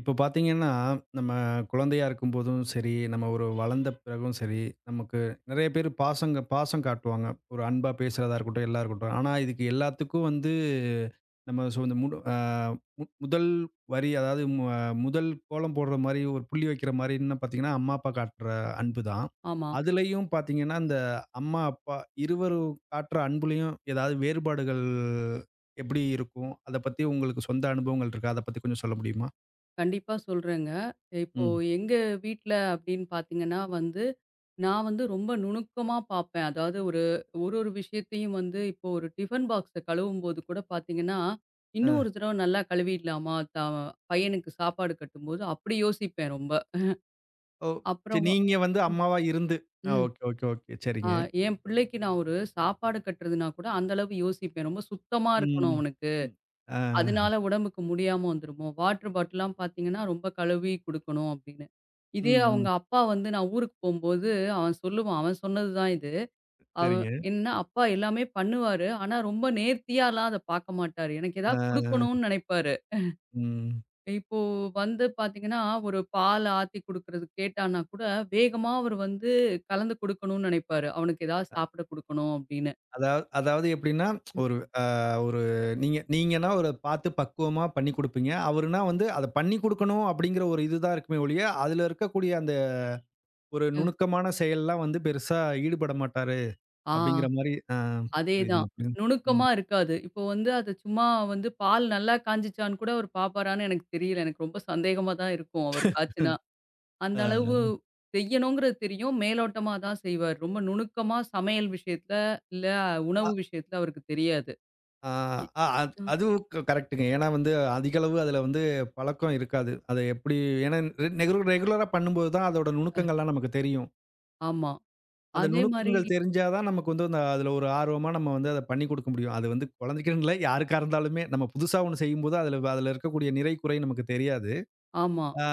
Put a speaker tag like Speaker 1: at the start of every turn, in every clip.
Speaker 1: இப்போ பார்த்தீங்கன்னா, நம்ம குழந்தையா இருக்கும்போதும் சரி, நம்ம ஒரு வளர்ந்த பிறகும் சரி, நமக்கு நெறைய பேரு பாசம் காட்டுவாங்க. ஒரு அன்பா பேசுறதா இருக்கட்டும், எல்லாம் இருக்கட்டும். ஆனா, இதுக்கு எல்லாத்துக்கும் வந்து நம்ம சொ இந்த முடு அ மு முதல் வரி, அதாவது மு அ முதல் கோலம் போடுற மாரி, ஒரு புள்ளி வைக்கிற மாரின்னு பார்த்தீங்கன்னா, அம்மா, அப்பா காட்டுற அன்பு தான்.
Speaker 2: ஆமா.
Speaker 1: அதுலயும் பார்த்தீங்கன்னா, இந்த அம்மா, அப்பா இருவரும் காட்டுற அன்புலயும் ஏதாவது வேறுபாடுகள் எப்படி இருக்கும்? அத பத்தி உங்களுக்கு சொந்த அனுபவங்கள் இருக்கா? அத பத்தி கொஞ்சம் சொல்ல முடியுமா?
Speaker 2: கண்டிப்பா சொல்றேங்க. இப்போ
Speaker 1: ம்.
Speaker 2: எங்க வீட்ல அப்படின்னு பார்த்தீங்கன்னா வந்து, நான் வந்து ரொம்ப நுணுக்கமா பார்ப்பேன். அதாவது ஒரு ஒரு ஒரு விஷயத்தையும் வந்து இப்போ ஒரு டிஃபன் பாக்ஸ கழுவும்போது கூட பார்த்தீங்கன்னா, இன்னும்
Speaker 1: அ.
Speaker 2: ஒரு தடவ நல்லா கழுவிடலாமா? பையனுக்கு சாப்பாடு கட்டும்போது அப்படி யோசிப்பேன் ரொம்ப.
Speaker 1: ஓ! சரி
Speaker 2: அப்புறம்
Speaker 1: நீங்க வந்து அம்மாவா இருந்து. ஆ,
Speaker 2: ம்.
Speaker 1: Okay, okay, okay.
Speaker 2: ஆ
Speaker 1: சரிங்க.
Speaker 2: என் பிள்ளைக்கு நான் ஒரு சாப்பாடு கட்டுறதுனா கூட அந்த அளவு யோசிப்பேன். ரொம்ப சுத்தமா இருக்கணும்
Speaker 1: ம்.
Speaker 2: அவனுக்கு.
Speaker 1: ம். ஆ.
Speaker 2: அதனால உடம்புக்கு முடியாம வந்துருமோ! வாட்டர் பாட்டில்லாம் பார்த்தீங்கன்னா, ரொம்ப கழுவி குடுக்கணும் அப்படின்னு. இதே
Speaker 1: ம், ம்.
Speaker 2: அவங்க அப்பா வந்து நான் ஊருக்கு போம்போது, அவன் சொல்லுவான். அவன் சொன்னது தான் இது. அவன்
Speaker 1: சரிங்க.
Speaker 2: என்னன்னா, அப்பா எல்லாமே பண்ணுவாரு. ஆனா, ரொம்ப நேர்த்தியாலாம் அத பார்க்க மாட்டாரு. எனக்கு ஏதாவது
Speaker 1: ஆ.
Speaker 2: குடுக்கணும்னு நெனைப்பாரு.
Speaker 1: ம்.
Speaker 2: இப்போ வந்து பார்த்தீங்கன்னா, ஒரு பால் ஆத்தி குடுக்குறது கேட்டான்னா கூட, வேகமா அவரு வந்து கலந்து குடுக்கணும்னு நெனைப்பாரு. அவனுக்கு ஏதாவது சாப்பிட குடுக்கணும் அப்படின்னு.
Speaker 1: அதாவது அதாவது எப்படின்னா, ஒரு அ ஒரு நீங்க நீங்கன்னா, ஒரு பார்த்து பக்குவமா பண்ணி குடுப்பீங்க. அவருனா வந்து அத பண்ணி குடுக்கணும் அப்படிங்கிற ஒரு இதுதான் இருக்குமே ஒழிய, அதுல இருக்கக்கூடிய அந்த ஒரு
Speaker 2: அ.
Speaker 1: நுணுக்கமான செயல்லாம் வந்து பெருசா ஈடுபட மாட்டாரு
Speaker 2: ஆ.
Speaker 1: அப்படிங்கிற மாரி. ஆ, புரியுதுங்க,
Speaker 2: அதேதான்.
Speaker 1: புரியுது. ம்.
Speaker 2: நுணுக்கமா இருக்காது. இப்போ வந்து அது சும்மா வந்து பால் நல்லா காய்ஞ்சிச்சான்னு கூட அவரு பார்ப்பாரான்னு எனக்கு தெரியல. எனக்கு ரொம்ப சந்தேகமா தான் இருக்கும் அவரு காய்ச்சுனா. அந்த அளவு
Speaker 1: ஆ.
Speaker 2: செய்யணுங்கிறது தெரியும். மேலோட்டமா தான் செய்வாரு. ரொம்ப நுணுக்கமா சமையல் விஷயத்துல, இல்ல
Speaker 1: அ.
Speaker 2: உணவு விஷயத்துல அவருக்கு தெரியாது.
Speaker 1: ஆ,
Speaker 2: இ
Speaker 1: அது
Speaker 2: ம்.
Speaker 1: அதுவும் கரெக்ட்டுங்க. ஏன்னா வந்து அதிக அளவு அதில வந்து பழக்கம் இருக்காது. அத எப்படி, ஏன்னா ரெகுலரா பண்ணும்போது தான் அதோட நுணுக்கங்கள்லாம் நமக்கு தெரியும்.
Speaker 2: ஆமா.
Speaker 1: அந்த
Speaker 2: அதே மாரி
Speaker 1: நுணுக்கங்கள் தெரிஞ்சா தான் நமக்கு வந்து அந்த அதில ஒரு ஆர்வமா நம்ம வந்து அத பண்ணி கொடுக்க முடியும். அது வந்து குழந்தைக்குன்னு இல்ல, யாருக்கா இருந்தாலுமே நம்ம புதுசா ஒண்ணு செய்யும்போது அதில அதில இருக்கக்கூடிய நிறை, குறை நமக்கு தெரியாது.
Speaker 2: ஆமா,
Speaker 1: ஆ,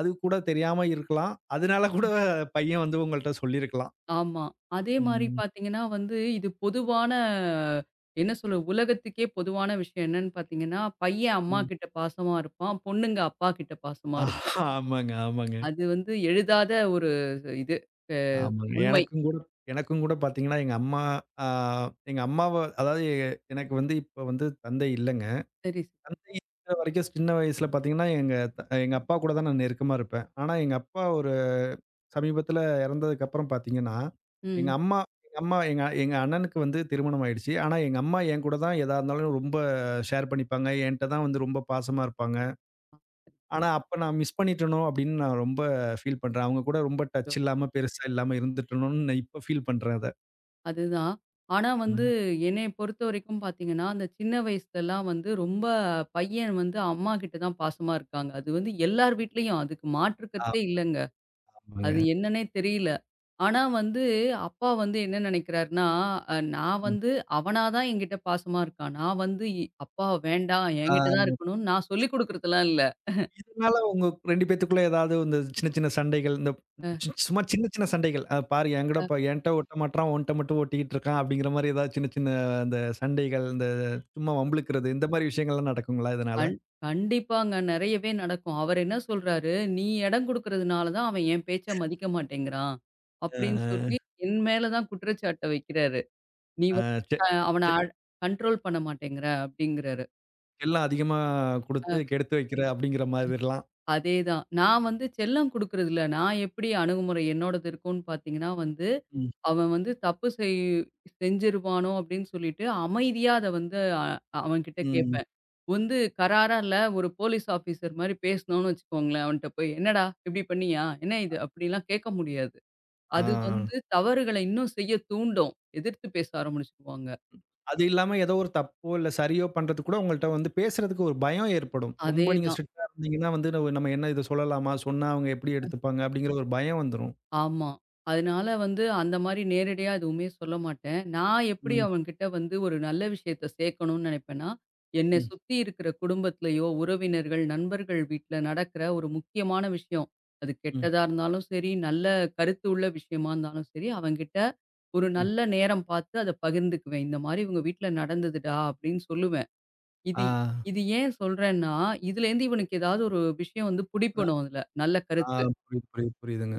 Speaker 1: அது கூட தெரியாம இருக்கலாம். அதனால கூட பையன் வந்து உங்கள்ட்ட சொல்லியிருக்கலாம்.
Speaker 2: ஆமா. அதே மாரி
Speaker 1: ம்,
Speaker 2: பார்த்தீங்கன்னா வந்து, இது பொதுவான என்ன சொல்ல உலகத்துக்கே பொதுவான விஷயம் என்னன்னு பார்த்தீங்கன்னா, பையன் அம்மா
Speaker 1: ம்.
Speaker 2: கிட்ட பாசமா இருப்பான். பொண்ணுங்க அப்பா கிட்ட பாசமா இருக்கும்.
Speaker 1: ஆமாங்க, ஆமாங்க.
Speaker 2: அது வந்து எழுதாத ஒரு இது அ
Speaker 1: ஆமாங்க.
Speaker 2: உண்மை.
Speaker 1: எனக்கும் கூட, எனக்கும் கூட பார்த்தீங்கன்னா, எங்க அம்மா, அ எங்க அம்மாவ அதாவது எனக்கு வந்து இப்ப வந்து தந்தை இல்லங்க.
Speaker 2: சரி, சரி.
Speaker 1: தந்தை இருக்கிற வரைக்கும் சின்ன வயசுல பார்த்தீங்கன்னா, எங்க அப்பா கூட தான் நான் நெருக்கமா இருப்பேன். ஆனா எங்க அப்பா ஒரு சமீபத்தில இறந்ததுக்கப்புறம் பார்த்தீங்கன்னா, எங்க
Speaker 2: ம்.
Speaker 1: அம்மா எங்க அம்மா எங்க எங்க அண்ணனுக்கு வந்து திருமணம் ஆயிடுச்சு. ஆனா எங்க அம்மா என் கூட தான் எதா இருந்தாலும் ரொம்ப ஷேர் பண்ணிப்பாங்க. என்ட்ட தான் வந்து ரொம்ப பாசமா இருப்பாங்க. ஆனா அப்ப நான் மிஸ் பண்ணிட்டேனோ அப்படின்னு நான் ரொம்ப ஃபீல் பண்றேன். அவங்க கூட ரொம்ப
Speaker 2: அச்சச்சோ!
Speaker 1: டச் இல்லாம, பெருசா இல்லாம இருந்துட்டேனோன்னு நான் இப்ப ஃபீல் பண்றேன் அத.
Speaker 2: அதுதான். ஆனா
Speaker 1: ம்.
Speaker 2: வந்து
Speaker 1: ஆனா.
Speaker 2: என்னைய பொறுத்தவரைக்கும் பார்த்தீங்கன்னா, அந்த சின்ன வயசுலலாம் வந்து ரொம்ப பையன் வந்து அம்மா கிட்ட தான் பாசமா இருக்காங்க. அது வந்து எல்லார் வீட்லயும் அதுக்கு மாற்று கருத்தே இல்லங்க.
Speaker 1: ஆமாங்க.
Speaker 2: அது என்னன்னே தெரியல. ஆனா வந்து அப்பா வந்து என்ன நெனைக்கிறாருன்னா, அ நான்
Speaker 1: ம்.
Speaker 2: வந்து அவனா தான் என்கிட்ட பாசமா இருக்கான். நான் வந்து அப்பா வேண்டாம்
Speaker 1: ஆ,
Speaker 2: என்கிட்ட தான் இருக்கணும்னு நான் சொல்லிக் குடுக்குறதெல்லாம் இல்ல.
Speaker 1: இதனால உங்க 2 பேத்துக்குள்ள ஏதாவது இந்த சின்ன, சின்ன சண்டைகள், இந்த சும்மா சின்ன, சின்ன சண்டைகள். அ, பாரு என்கூட என்ட்ட ஓட்ட மாட்றான், உன்ட்ட மட்டும் ஓட்டிக்கிட்டு இருக்கான் அப்படிங்கிற மாரி ஏதாவது சின்ன, சின்ன அந்த சண்டைகள், இந்த சும்மா வம்பிழுக்கிறது, இந்த மாரி விஷயங்கள்லாம் நடக்குங்களா இதனால?
Speaker 2: கண் கண்டிப்பாங்க. நெறையவே நடக்கும். அவரு என்ன சொல்றாரு, "நீ இடம் குடுக்கறதுனால தான் அவன் என் பேச்ச மதிக்க மாட்டேங்கிறான்."
Speaker 1: அ,
Speaker 2: அப்படின்னு
Speaker 1: அ,
Speaker 2: சொல்லி என் மேல தான் குற்றச்சாட்ட வைக்கிறாரு. "நீ
Speaker 1: அ,
Speaker 2: வந்து
Speaker 1: செ
Speaker 2: அ அவன
Speaker 1: செ
Speaker 2: அட் கண்ட்ரோல் பண்ண மாட்டேங்கிற" அப்படிங்கிறாரு.
Speaker 1: செல்லம் அதிகமா குடுத்து கெடுத்து வைக்கிற அப்படிங்கிற மாதிரிலாம்.
Speaker 2: அதேதான். நான் வந்து செல்லம் குடுக்கறதில்ல. நான் எப்படி அணுகுமுறை என்னோடது இருக்கும்னு பார்த்தீங்கன்னா வந்து,
Speaker 1: ம்.
Speaker 2: அவன் வந்து தப்பு செய் செஞ்சிருவானோ அப்படின்னு சொல்லிட்டு அமைதியா அத வந்து அவன்கிட்ட
Speaker 1: ம்.
Speaker 2: கேட்பேன். வந்து கராரா இல்ல ஒரு போலீஸ் ஆஃபீசர் மாரி பேசுனோம்னு வச்சுக்கோங்களேன், அவன்ட்ட போய் "என்னடா இப்படி பண்ணியா? என்ன இது?" அப்படிலாம் கேட்க முடியாது.
Speaker 1: ஆ.
Speaker 2: அது வந்து தவறுகளை இன்னும் செய்ய தூண்டும். எதிர்த்து பேச ஆரம்பிச்சுருவாங்க.
Speaker 1: அது இல்லாம ஏதோ ஒரு தப்போ, இல்ல சரியோ பண்றதுக்கு கூட உங்கள்ட்ட வந்து பேசுறதுக்கு ஒரு பயம் ஏற்படும். ரொம்ப நீங்க
Speaker 2: அதேதான்.
Speaker 1: ஸ்ட்ரிக்ட்டா இருந்தீங்கன்னா வந்து நம்ம நம்ம என்ன இத சொல்லலாமா? சொன்னா அவங்க எப்படி எடுத்துப்பாங்க? அப்படிங்கிற ஒரு பயம் வந்துரும்.
Speaker 2: ஆமா. அதனால வந்து அந்த மாரி நேரடியா எதுவுமே சொல்ல மாட்டேன். நான் எப்படி
Speaker 1: ம்,
Speaker 2: அவன்கிட்ட வந்து ஒரு நல்ல விஷயத்த சேர்க்கணும்னு நெனைப்பேன்னா, என்னை
Speaker 1: ம்,
Speaker 2: சுத்தி இருக்கிற குடும்பத்திலயோ, உறவினர்கள், நண்பர்கள் வீட்ல நடக்கிற ஒரு முக்கியமான விஷயம். அது
Speaker 1: ம்,
Speaker 2: கெட்டதா இருந்தாலும் சரி, நல்ல கருத்து உள்ள விஷயமா இருந்தாலும் சரி, அவன்கிட்ட ஒரு
Speaker 1: ம்.
Speaker 2: நல்ல நேரம் பார்த்து அத பகிர்ந்துக்குவேன். இந்த மாரி உங்க வீட்ல நடந்ததுடா அப்படின்னு சொல்லுவேன்.
Speaker 1: ஆ.
Speaker 2: இது இது ஏன் சொல்றேன்னா, இதுலேருந்து இவனுக்கு ஏதாவது ஒரு விஷயம் வந்து
Speaker 1: அ
Speaker 2: புடிபடும் அதுல. நல்ல
Speaker 1: ஆ,
Speaker 2: கருத்து.
Speaker 1: புரியுது, புரியுது, புரியுதுங்க.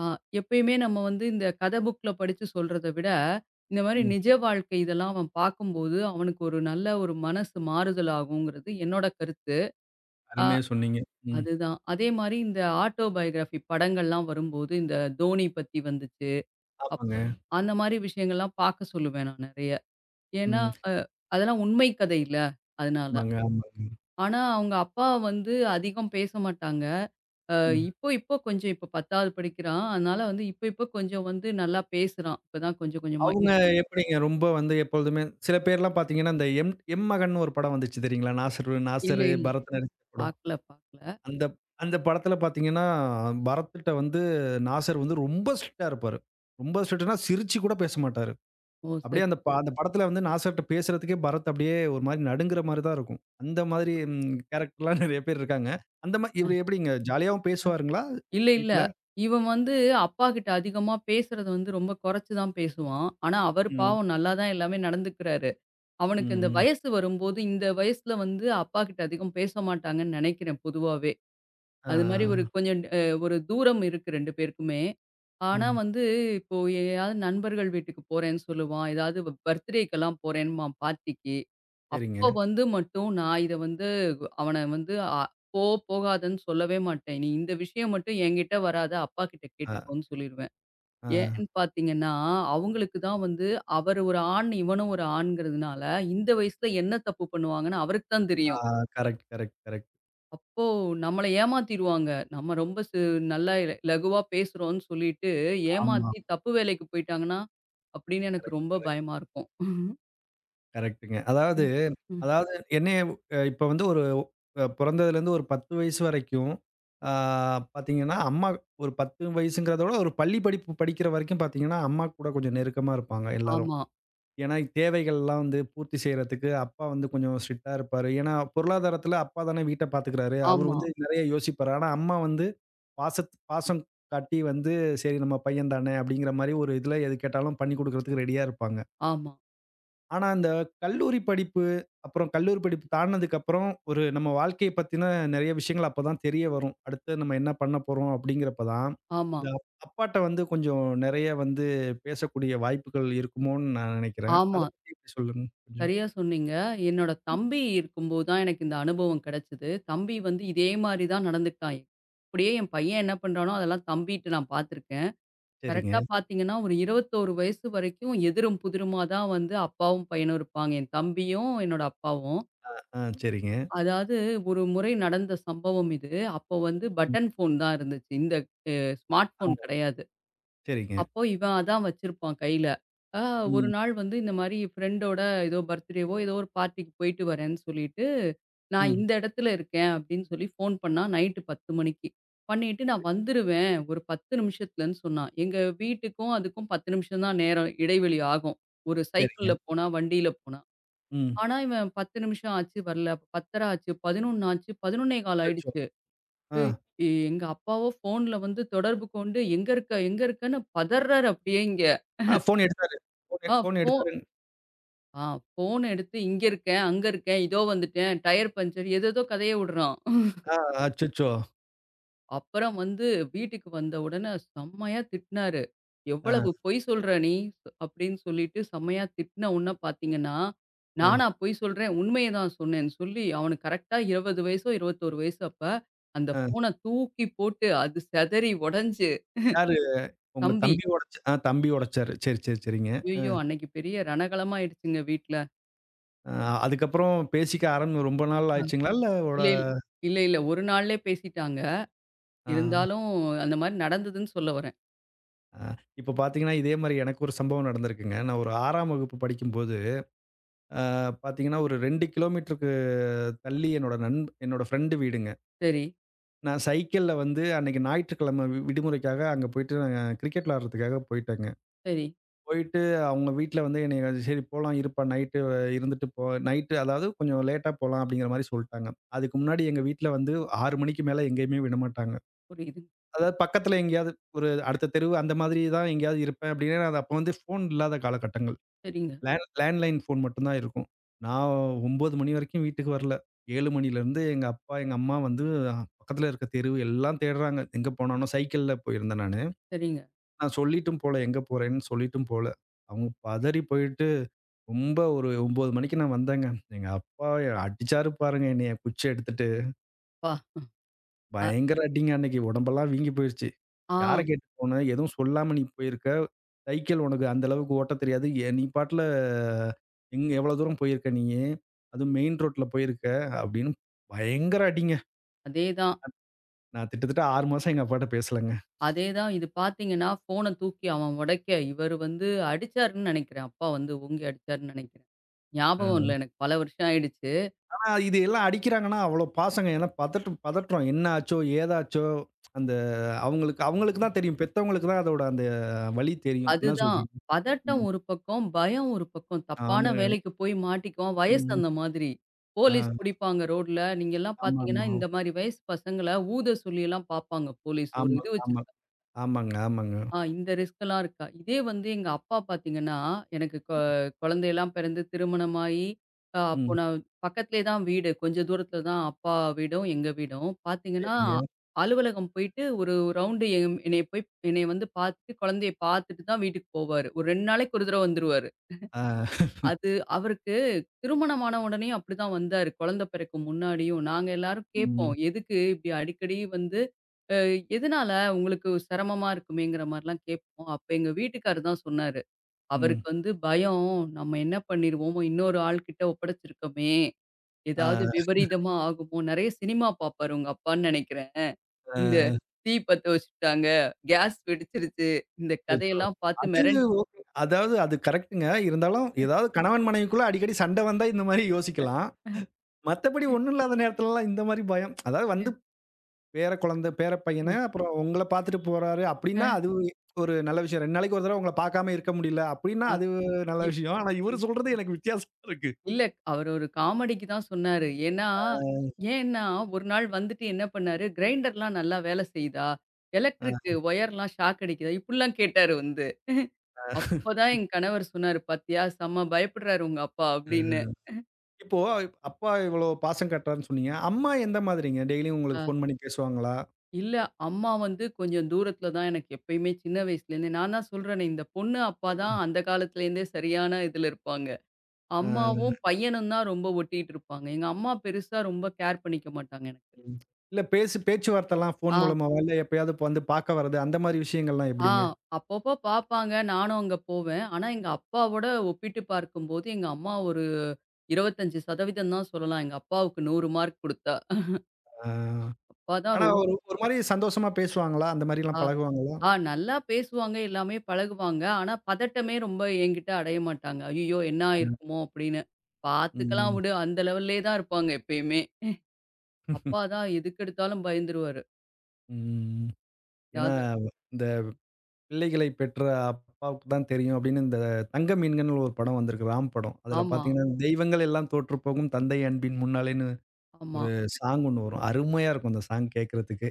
Speaker 2: ஆ, எப்பயுமே நம்ம வந்து இந்த கதை புக்ல படிச்சு சொல்றத விட, இந்த மாரி
Speaker 1: ம்.
Speaker 2: நிஜ வாழ்க்கை இதெல்லாம் அவன் பார்க்கும்போது, அவனுக்கு ஒரு நல்ல ஒரு மனசு மாறுதல் ஆகுங்கிறது என்னோட கருத்து. ஆ
Speaker 1: அருமையா சொன்னீங்க. ம்.
Speaker 2: அதுதான். அதே மாரி இந்த ஆட்டோபயோகிராஃபி படங்கள்லாம் வரும்போது, இந்த தோனி பத்தி வந்துச்சு.
Speaker 1: ஆமாங்க.
Speaker 2: அப்ப அந்த மாரி விஷயங்கள்லாம் பார்க்க சொல்லுவேன் நான் நெறைய. ஏன்னா,
Speaker 1: ம்.
Speaker 2: அ அதெல்லாம் உண்மை கதை இல்ல. அதனால.
Speaker 1: ஆமாங்க, ஆமாங்க.
Speaker 2: ஆனா, அவங்க அப்பா வந்து அதிகம் பேச மாட்டாங்க. அ
Speaker 1: ம்.
Speaker 2: இப்போ இப்போ கொஞ்சம் இப்போ 10வது படிக்கிறான். அதனால வந்து இப்போ இப்போ கொஞ்சம் வந்து நல்லா பேசுறான். இப்பதான் கொஞ்சம் கொஞ்சமா.
Speaker 1: அவங்க எப்படிங்க ரொம்ப வந்து எப்பொழுதுமே சில பேர்லாம் பார்த்தீங்கன்னா, இந்த எம் எம் மகன் ஒரு படம் வந்துச்சு தெரியுங்களா? நாசரு
Speaker 2: இல்ல,
Speaker 1: நாசரு,
Speaker 2: இல்ல.
Speaker 1: பரத் நடிச்ச படம்.
Speaker 2: பார்க்கல, பார்க்கல.
Speaker 1: அந்த அந்த படத்துல பார்த்தீங்கன்னா, பரத்துட்ட வந்து நாசர் வந்து ரொம்ப ஸ்ட்ரிக்ட்டா இருப்பாரு. ரொம்ப ஸ்ட்ரிக்ட்னா சிரிச்சு கூட பேச மாட்டாரு.
Speaker 2: ஓ!
Speaker 1: அப்படியே
Speaker 2: சரி.
Speaker 1: அந்த படத்துல வந்து நாசர்ட்ட பேசுறதுக்கே பரத் அப்படியே ஒரு மாரி நடுங்குற மாரி தான் இருக்கும். அந்த மாதிரி ம் கேரக்டர்லாம் நெறைய பேர் இருக்காங்க. அந்த மா இவரு எப்படிங்க ஜாலியாவும் பேசுவாருங்களா
Speaker 2: இல்ல, இல்ல.
Speaker 1: வீட்ல?
Speaker 2: இவன் வந்து அப்பாகிட்ட அதிகமா பேசுறத வந்து ரொம்ப குறைச்சு தான் பேசுவான். ஆனா, அவர்
Speaker 1: ம்.
Speaker 2: பாவம் நல்லா தான் எல்லாமே நடந்துக்கிறாரு. அவனுக்கு
Speaker 1: ம்.
Speaker 2: இந்த
Speaker 1: ம்.
Speaker 2: வயசு வரும்போது, இந்த வயசுல வந்து அப்பாகிட்ட அதிகம் பேச மாட்டாங்கன்னு நினைக்கிறேன் பொதுவாவே.
Speaker 1: ஆ.
Speaker 2: அது மாரி ஒரு கொஞ்சம் ஒரு தூரம் இருக்கு 2 பேருக்குமே. ஆனா
Speaker 1: ம்.
Speaker 2: வந்து இப்போ எங்கேயாவது நண்பர்கள் வீட்டுக்கு போறேன்னு சொல்லுவான். ஏதாவது பர்த்டேக்கெல்லாம் போறேன்பான் பார்ட்டிக்கு.
Speaker 1: சரிங்க.
Speaker 2: அப்போ வந்து மட்டும் நான் இத வந்து அவன வந்து அ போ போகாதன்னு சொல்லவே மாட்டேன். நீ இந்த விஷயம் மட்டும் என்கிட்ட வராத, அப்பா கிட்ட
Speaker 1: ஆ.
Speaker 2: கேட்டுக்கோன்னு சொல்லிருவேன்.
Speaker 1: ஆ.
Speaker 2: ஏன்னு பார்த்தீங்கன்னா, அவங்களுக்கு தான் வந்து அவர் ஒரு ஆண், இவனும் ஒரு ஆண்ங்கிறதுனால, இந்த வயசுல என்ன தப்பு பண்ணுவாங்கன்னு அவருக்கு தான்
Speaker 1: ஆ.
Speaker 2: தெரியும்.
Speaker 1: Correct, correct, correct.
Speaker 2: அப்போ நம்மள ஏமாத்திருவாங்க. நம்ம ரொம்ப நல்லா இலகுவா பேசுறோம்ன்னு சொல்லிட்டு
Speaker 1: ஆமா.
Speaker 2: ஏமாத்தி தப்பு வேலைக்கு போயிட்டாங்கன்னா, அப்படின்னு எனக்கு
Speaker 1: கரெக்ட்,
Speaker 2: ரொம்ப
Speaker 1: கரெக்ட்,
Speaker 2: பயமா இருக்கும்.
Speaker 1: கரெக்ட்டுங்க. அதாவது,
Speaker 2: ம். ம்.
Speaker 1: அதாவது என்னைய அ இப்ப வந்து ஒரு பொறந்ததுலேருந்து ஒரு 10 வயசு வரைக்கும், ஆ, பாத்தீங்கன்னா, அம்மா. ஒரு 10 வயசுங்கிறத விட ஒரு பள்ளி படிப்பு படிக்கிற வரைக்கும் பாத்தீங்கன்னா, அம்மா கூட கொஞ்சம் நெருக்கமா இருப்பாங்க எல்லாரும்.
Speaker 2: ஆமா,
Speaker 1: ஏன்னா, தேவைகள்லாம் வந்து பூர்த்தி செய்றதுக்கு அப்பா வந்து கொஞ்சம் ஸ்ட்ரிக்ட்டா இருப்பாரு. ஏன்னா, பொருளாதாரத்துல அப்பா தானே வீட்ட பாத்துக்கிறாரு. அவரு
Speaker 2: ஆமா,
Speaker 1: வந்து நெறைய யோசிப்பாரு. ஆனா, அம்மா வந்து பாசம் காட்டி வந்து, "சரி நம்ம பையன் தானே" அப்படிங்கிற மாரி ஒரு இதுல எது கேட்டாலும் பண்ணி குடுக்கறதுக்கு ரெடியா இருப்பாங்க.
Speaker 2: ஆமா,
Speaker 1: ஆனா, அந்த கல்லூரி படிப்பு, அப்புறம் கல்லூரி படிப்பு தாண்டுனதுக்கு அப்புறம், ஒரு நம்ம வாழ்க்கைய பத்தின நெறைய விஷயங்கள் அப்பதான் தெரிய வரும். அடுத்து நம்ம என்ன பண்ண போறோம் அப்படிங்கிறப்ப தான்,
Speaker 2: ஆமா,
Speaker 1: இந்த அப்பாட்ட வந்து கொஞ்சம் நெறைய வந்து பேசக்கூடிய வாய்ப்புகள் இருக்குமோன்னு நான் நெனைக்கிறேன். அத
Speaker 2: ஆமா.
Speaker 1: பத்தி எப்படி சொல்லுங்க கொஞ்சம்?
Speaker 2: சரியா சொன்னீங்க. என்னோட தம்பி இருக்கும்போது தான் எனக்கு இந்த அனுபவம் கிடைச்சது. தம்பி வந்து இதே மாரி தான் நடந்துக்கிட்டான். அப்படியே என் பையன் என்ன பண்றானோ அதெல்லாம் தம்பிட்ட நான் பார்த்துருக்கேன். கரெக்ட்டா
Speaker 1: சரிங்க.
Speaker 2: பார்த்தீங்கன்னா, ஒரு 21 வயசு வரைக்கும் எதிரும் புதிருமா தான் வந்து அப்பாவும், பையனும் இருப்பாங்க. என் தம்பியும், என்னோட அப்பாவும்.
Speaker 1: ஆ, சரிங்க.
Speaker 2: அதாவது ஒரு முறை நடந்த சம்பவம் இது. அப்போ வந்து
Speaker 1: ம்.
Speaker 2: பட்டன் ஃபோன் தான் இருந்துச்சு. இந்த ஸ்மார்ட் ஃபோன்
Speaker 1: ஆ,
Speaker 2: கிடையாது.
Speaker 1: சரிங்க.
Speaker 2: அப்போ இவன் அதான் வச்சிருப்பான் கையில. ஆ ஒரு
Speaker 1: ம்.
Speaker 2: நாள் வந்து இந்த மாரி ஃப்ரெண்டோட ஏதோ பர்த்டேவோ ஏதோ ஒரு பார்ட்டிக்கு போயிட்டு வரேன்னு சொல்லிட்டு, நான்
Speaker 1: ம்.
Speaker 2: இந்த இடத்துல இருக்கேன் அப்படின்னு சொல்லி ஃபோன் பண்ணா நைட்டு 10 மணிக்கு. பண்ணிட்டு நான் வந்துருவேன் ஒரு 10 நிமிஷத்துலன்னு சொன்னான். எங்க வீட்டுக்கும் அதுக்கும் 10 நிமிஷம் தான் நேரம் இடைவெளி ஆகும். ஒரு
Speaker 1: சரிங்க.
Speaker 2: சைக்கிள்ல போனா, வண்டியில போனா.
Speaker 1: ம்.
Speaker 2: ஆனா இவன் 10 நிமிஷம் ஆச்சு வரல. 10:30 ஆச்சு, 11 ஆச்சு, 11:15
Speaker 1: அச்சச்சோ!
Speaker 2: ஆயிடுச்சு.
Speaker 1: ஆ.
Speaker 2: ஏய் எங்க அப்பாவோ ஃபோன்ல வந்து தொடர்பு கொண்டு எங்க இருக்க? எங்க இருக்கன்னு பதர்றாரு அப்படியே இங்க.
Speaker 1: ஆ, ஃபோன் எடுத்தாரு. ஃபோன்
Speaker 2: ஆ
Speaker 1: ஃபோன்
Speaker 2: ஃபோ
Speaker 1: எடுத்தாரு.
Speaker 2: ஆ ஃபோன் எடுத்து இங்க இருக்கேன், அங்க இருக்கேன், இதோ வந்துட்டேன், டயர் பஞ்சர் ஏதேதோ கதைய விடுறான்.
Speaker 1: ஆ, அச்சச்சோ!
Speaker 2: அப்புறம் வந்து வீட்டுக்கு வந்த உடனே செம்மையா திட்டினாரு.
Speaker 1: ஆ,
Speaker 2: "எவ்வளவு பொய் சொல்ற நீ?" அப்படின்னு சொல்லிட்டு செம்மையா திட்டின உடனே பார்த்தீங்கன்னா,
Speaker 1: ஆ,
Speaker 2: "நானா பொய் சொல்றேன், உண்மைய தான் சொன்னேன்னு" சொல்லி அவனுக்கு கரெக்ட்டா 20 வயசோ, 21 வயசோ அப்ப, அந்த
Speaker 1: ஆ.
Speaker 2: ஃபோன தூக்கி போட்டு அது சிதறி உடைஞ்சு,
Speaker 1: யாரு? உங்க
Speaker 2: தம்பி
Speaker 1: தம்பி ஒடைச்ச? ஆ, தம்பி ஒடைச்சாரு. சரி, சரி, சரிங்க.
Speaker 2: ஐயய்யோ! அன்னைக்கு பெரிய ரணகளமாயிடுச்சுங்க வீட்ல.
Speaker 1: அ, அதுக்கப்புறம் பேசிக்க ரொம்ப நாள்
Speaker 2: அ.
Speaker 1: ஆச்சுங்களா? இல்ல ஓட.
Speaker 2: இல்ல, இல்ல, 1 நாள்லயே பேசிட்டாங்க.
Speaker 1: அ
Speaker 2: இருந்தாலும் அந்த மாரி நடந்ததுன்னு சொல்ல வரேன்.
Speaker 1: அ இப்போ பார்த்தீங்கன்னா, இதே மாரி எனக்கு ஒரு சம்பவம் நடந்திருக்குங்க. நான் ஒரு 6ஆம் வகுப்பு படிக்கும்போது, அ பார்த்தீங்கன்னா, ஒரு 2 கிலோமீட்டருக்கு தள்ளி என்னோட என்னோட ஃப்ரெண்டு வீடுங்க.
Speaker 2: சரி,
Speaker 1: நான் சைக்கிள்ல வந்து அன்னைக்கு ஞாயிற்றுக்கிழமை விடுமுறைக்காக அங்க போயிட்டு நாங்க கிரிக்கெட் விளையாடுறதுக்காக போயிட்டேங்க.
Speaker 2: சரி.
Speaker 1: போயிட்டு அவங்க வீட்ல வந்து என்னைய "சரி போலாம் இருப்பா நைட்டு இருந்துட்டு போ", நைட்டு அதாவது கொஞ்சம் லேட்டா போலாம் அப்படிங்கிற மாரி சொல்ட்டாங்க. அதுக்கு முன்னாடி எங்க வீட்ல வந்து 6 மணிக்கு மேல எங்கேயுமே விடமாட்டாங்க.
Speaker 2: புரியுது.
Speaker 1: அதாவது பக்கத்துல எங்கேயாவது ஒரு அடுத்த தெரு அந்த மாதிரி தான் எங்கேயாவது இருப்பேன் அப்டின்னா, அது அப்போ வந்து ஃபோன் இல்லாத காலகட்டங்கள்.
Speaker 2: சரிங்க,
Speaker 1: லேண்ட்லைன் ஃபோன் மட்டும் தான் இருக்கும். நான் 9 மணி வரைக்கும் வீட்டுக்கு வரல. 7 மணிலேருந்து எங்க அப்பா, எங்க அம்மா வந்து பக்கத்துல இருக்க தெரு எல்லாம் தேடுறாங்க. எங்க போனாலும் சைக்கிள்ல போயிருந்தேன் நானு.
Speaker 2: சரிங்க.
Speaker 1: நான் சொல்லிட்டும் போல, எங்க போறேன்னு சொல்லிட்டும் போல. அவங்க பதறி போயிட்டு ரொம்ப, ஒரு 9 மணிக்கு நான் வந்தேங்க. எங்க அப்பா அடிச்சாரு பாருங்க என்னைய குச்சி எடுத்துட்டு.
Speaker 2: அப்பா! அ
Speaker 1: பயங்கர அடிங்க அன்னைக்கு. உடம்பெல்லாம் வீங்கி போயிருச்சு.
Speaker 2: ஆ
Speaker 1: யார கேட்டு போன? எதுவும் சொல்லாம நீ போயிருக்க. சைக்கிள் உனக்கு அந்த அளவுக்கு ஓட்டத் தெரியாது. நீ பாட்டுல எங்க எவ்வளோ தூரம் போயிருக்க நீயி? அதுவும் மெயின் ரோட்ல போயிருக்க, அப்படின்னு பயங்கர அடிங்க.
Speaker 2: அதேதான்,
Speaker 1: நான் கிட்டத்தட்ட 6 மாசம் எங்க அப்பாட்ட பேசலங்க.
Speaker 2: அதேதான். இது பார்த்தீங்கன்னா, ஃபோன தூக்கி அவன் உடைக்க, இவரு வந்து அடிச்சாருன்னு நெனைக்கிறேன். அப்பா வந்து ஓங்கி அடிச்சாருன்னு நெனைக்கிறேன். ஞாபகம்
Speaker 1: அ.
Speaker 2: இல்ல எனக்கு. பல வருஷம் ஆயிடுச்சு.
Speaker 1: ஆனா இது எல்லாம் அடிக்கிறாங்கன்னா, அவ்வளோ பாசங்க. ஏன்னா பதட்டுறோம். என்ன ஆச்சோ? ஏதாச்சோ? அந்த, அவங்களுக்கு அவங்களுக்கு தான் தெரியும். பெத்தவங்களுக்கு தான் அதோட அந்த வலி தெரியும். என்ன
Speaker 2: அதுதான்.
Speaker 1: சொல்றீங்க?
Speaker 2: பதட்டம்
Speaker 1: ம்.
Speaker 2: ஒரு பக்கம், பயம் ஒரு பக்கம். தப்பான
Speaker 1: ஆமாங்க.
Speaker 2: வேலைக்கு போய் மாட்டிக்குவான். வயசு
Speaker 1: ம்.
Speaker 2: அந்த மாதிரி.
Speaker 1: ஆ.
Speaker 2: போலீஸ் புடிப்பாங்க ரோட்ல. நீங்கலாம் பார்த்தீங்கன்னா,
Speaker 1: ஆமாமா.
Speaker 2: இந்த மாரி வயசு பசங்கள ஊத சொல்லிலாம் பார்ப்பாங்க போலீஸ். ஒரு
Speaker 1: ஆமா,
Speaker 2: இது
Speaker 1: ஆமா. ஆமா,
Speaker 2: வச்சிருப்பாங்க.
Speaker 1: ஆமாங்க, ஆமாங்க.
Speaker 2: இந்த ரிஸ்க்லாம் இருக்கா? இதே வந்து எங்க அப்பா பார்த்தீங்கன்னா, எனக்கு குழந்தையெல்லாம் பிறந்து திருமணமாயி, அப்போ
Speaker 1: ம்.
Speaker 2: நான் பக்கத்திலே தான் வீடு. கொஞ்சம் தூரத்தில தான் அப்பா வீடும், எங்க வீடும். பார்த்தீங்கன்னா,
Speaker 1: சரிங்க.
Speaker 2: அலுவலகம் போயிட்டு ஒரு ரவுண்டு என்னைய போய் என்னைய வந்து பார்த்துட்டு, குழந்தைய பார்த்துட்டு தான் வீட்டுக்கு போவாரு. ஒரு 2 நாளைக்கு ஒரு தடவ வந்துருவாரு.
Speaker 1: ஆ.
Speaker 2: அது அவருக்கு திருமணமான உடனேயும் அப்படிதான் வந்தாரு. குழந்தை பிறக்கும் முன்னாடியும். நாங்க எல்லாரும் கேட்போம்.
Speaker 1: ம்.
Speaker 2: எதுக்கு இப்படி அடிக்கடி வந்து அ எதனால உங்களுக்கு சிரமமா இருக்குமேங்கிற மாரிலாம் கேட்போம். அப்ப எங்க வீட்டுக்காரு தான் சொன்னாரு.
Speaker 1: ம்.
Speaker 2: அவருக்கு வந்து பயம். நம்ம என்ன பண்ணிருவோம்? இன்னொரு ஆள் கிட்ட ஒப்படைச்சிருக்கோமே!
Speaker 1: ஆ,
Speaker 2: ஏதாவது விபரீதமா ஆகுமோ! நெறைய சினிமா பார்ப்பாரு உங்க அப்பான்னு நெனைக்கிறேன். இந்த
Speaker 1: ஆ.
Speaker 2: தீ பத்த வச்சுட்டாங்க. கேஸ் வெடிச்சிருச்சு. இந்த
Speaker 1: அச்சச்சோ!
Speaker 2: கதையெல்லாம் பார்த்து
Speaker 1: அது
Speaker 2: மிரண்டு
Speaker 1: அதாவது அது கரெக்ட்டுங்க. இருந்தாலும் ஏதாவது கணவன் மனைவிக்குள்ள அடிக்கடி சண்டை வந்தா இந்த மாரி யோசிக்கலாம். மத்தபடி ஒண்ணும் இல்லாத நேரத்துலலாம் இந்த மாரி பயம். அதாவது வந்து பேர குழந்தை, பேர பையன அப்புறம் உங்கள பார்த்துட்டு போறாரு அப்டின்னா, அது ஒரு நல்ல விஷயம். 2 நாளைக்கு ஒரு தடவ உங்கள பார்க்காம இருக்க முடியல அப்டின்னா,
Speaker 2: அ
Speaker 1: அது நல்ல
Speaker 2: இ
Speaker 1: விஷயம். ஆனா இவரு சொல்றது எனக்கு வித்தியாசமா இருக்கு.
Speaker 2: இல்ல. அவரு ஒரு காமெடிக்கு தான் சொன்னாரு. ஏன்னா ஏன்னா ஒரு நாள் வந்துட்டு என்ன பண்ணாரு, கிரைண்டர்லாம் நல்லா வேலை செய்யுதா?
Speaker 1: ஆ,
Speaker 2: எலக்ட்ரிக் ஒயர்லாம் ஷாக் அடிக்குதா? இப்படிலாம் கேட்டாரு வந்து. அப்பதான் என் கணவர் சொன்னாரு, "பாத்தியா செம்ம பயப்படுறாரு உங்க அப்பா"
Speaker 1: ஆ.
Speaker 2: அப்படின்னு.
Speaker 1: இப்போ அப்பா இவ்வளோ பாசம் காட்டுறாருன்னு சொன்னீங்க. அம்மா எந்த மாதிரிங்க? டெய்லியும்
Speaker 2: அ
Speaker 1: உங்களுக்கு ஃபோன் பண்ணி பேசுவாங்களா?
Speaker 2: இல்ல அம்மா வந்து கொஞ்சம் தூரத்துல தான் எனக்கு எப்பயுமே சின்ன வயசுலேருந்தே நான் தான் சொல்றேனே, இந்த பொண்ணு அப்பா
Speaker 1: ம்.
Speaker 2: தான் அந்த காலத்துலேருந்தே சரியான இதுல இருப்பாங்க.
Speaker 1: அ
Speaker 2: அம்மாவும் பையனும் தான் ரொம்ப ஒட்டிட்டு இருப்பாங்க. எங்க அம்மா பெருசா ரொம்ப கேர் பண்ணிக்க மாட்டாங்க எனக்கு.
Speaker 1: ம். இல்ல, பேச்சுவார்த்தைலாம் ஃபோன்
Speaker 2: ஆ.
Speaker 1: மூலமாவா? இல்ல எப்பயாவது இப்ப வந்து பார்க்க வர்றது, அந்த மாரி விஷயங்கள்லாம்
Speaker 2: ஆ
Speaker 1: எப்படிங்க?
Speaker 2: அப்பப்போ பார்ப்பாங்க. நானும் அங்க போவேன். ஆனா, எங்க அப்பாவோட ஒப்பிட்டு பார்க்கும்போது, எங்க அம்மா ஒரு 25% தான் சொல்லலாம். எங்க அப்பாவுக்கு 100 மார்க் குடுத்தா.
Speaker 1: ஆ.
Speaker 2: அப்பா தான்
Speaker 1: ஆனா
Speaker 2: ரொம்
Speaker 1: ஒரு ஒரு மாரி சந்தோஷமா பேசுவாங்களா? அந்த மாரிலாம்
Speaker 2: ஆ
Speaker 1: பழகுவாங்களா?
Speaker 2: ஆ நல்லா பேசுவாங்க. எல்லாமே பழகுவாங்க. ஆனா, பதட்டமே ரொம்ப என்கிட்ட அடைய மாட்டாங்க. "ஐய்யய்யோ! என்ன
Speaker 1: அ.
Speaker 2: ஆயிருக்குமோ?" அப்படின்னு. "பார்த்துக்கலாம்
Speaker 1: ம்.
Speaker 2: விடு." அந்த லெவல்லயே தான் இருப்பாங்க எப்பயுமே. அப்பா தான் எதுக்கெடுத்தாலும் பயந்துருவாரு.
Speaker 1: ம். ஏன்னா
Speaker 2: அதாவது
Speaker 1: இந்த பிள்ளைகளை பெற்ற அப்பாவுக்கு தான் தெரியும் அப்படின்னு, இந்த தங்க மீன்கள்னு ஒரு படம் வந்திருக்கு. ராம் படம். அதில
Speaker 2: ஆமா,
Speaker 1: பார்த்தீங்கன்னா, தெய்வங்கள் எல்லாம் தோற்றுப்போகும் தந்தை அன்பின் முன்னாலேன்னு
Speaker 2: ஆமா.
Speaker 1: ஒரு சாங் ஒண்ணு வரும். அருமையா இருக்கும் அந்த சாங் கேட்கறதுக்கு.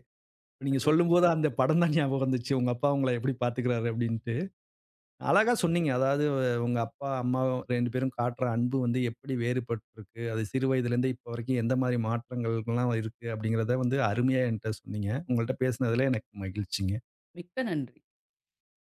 Speaker 1: நீங்க
Speaker 2: அதே
Speaker 1: சொல்லும்போது அந்த படம் தான் ஞாபகம் வந்துச்சு. உங்க அப்பா உங்கள எப்படி பார்த்துக்கிறாரு அப்டின்ட்டு.
Speaker 2: அதே.
Speaker 1: அழகா சொன்னீங்க. அதாவது உங்க அப்பா, அம்மா 2 பேரும் காட்டுற அன்பு வந்து எப்படி வேறுபட்டிருக்கு. அது சிறு வயதிலேருந்து இப்போ வரைக்கும் எந்த மாரி மாற்றங்கள்லாம் இருக்கு அப்டிங்கிறத வந்து அருமையா என்ட்ட சொன்னீங்க. உங்கள்ட்ட பேசினதுல எனக்கு மகிழ்ச்சிங்க.
Speaker 2: மிக்க நன்றி.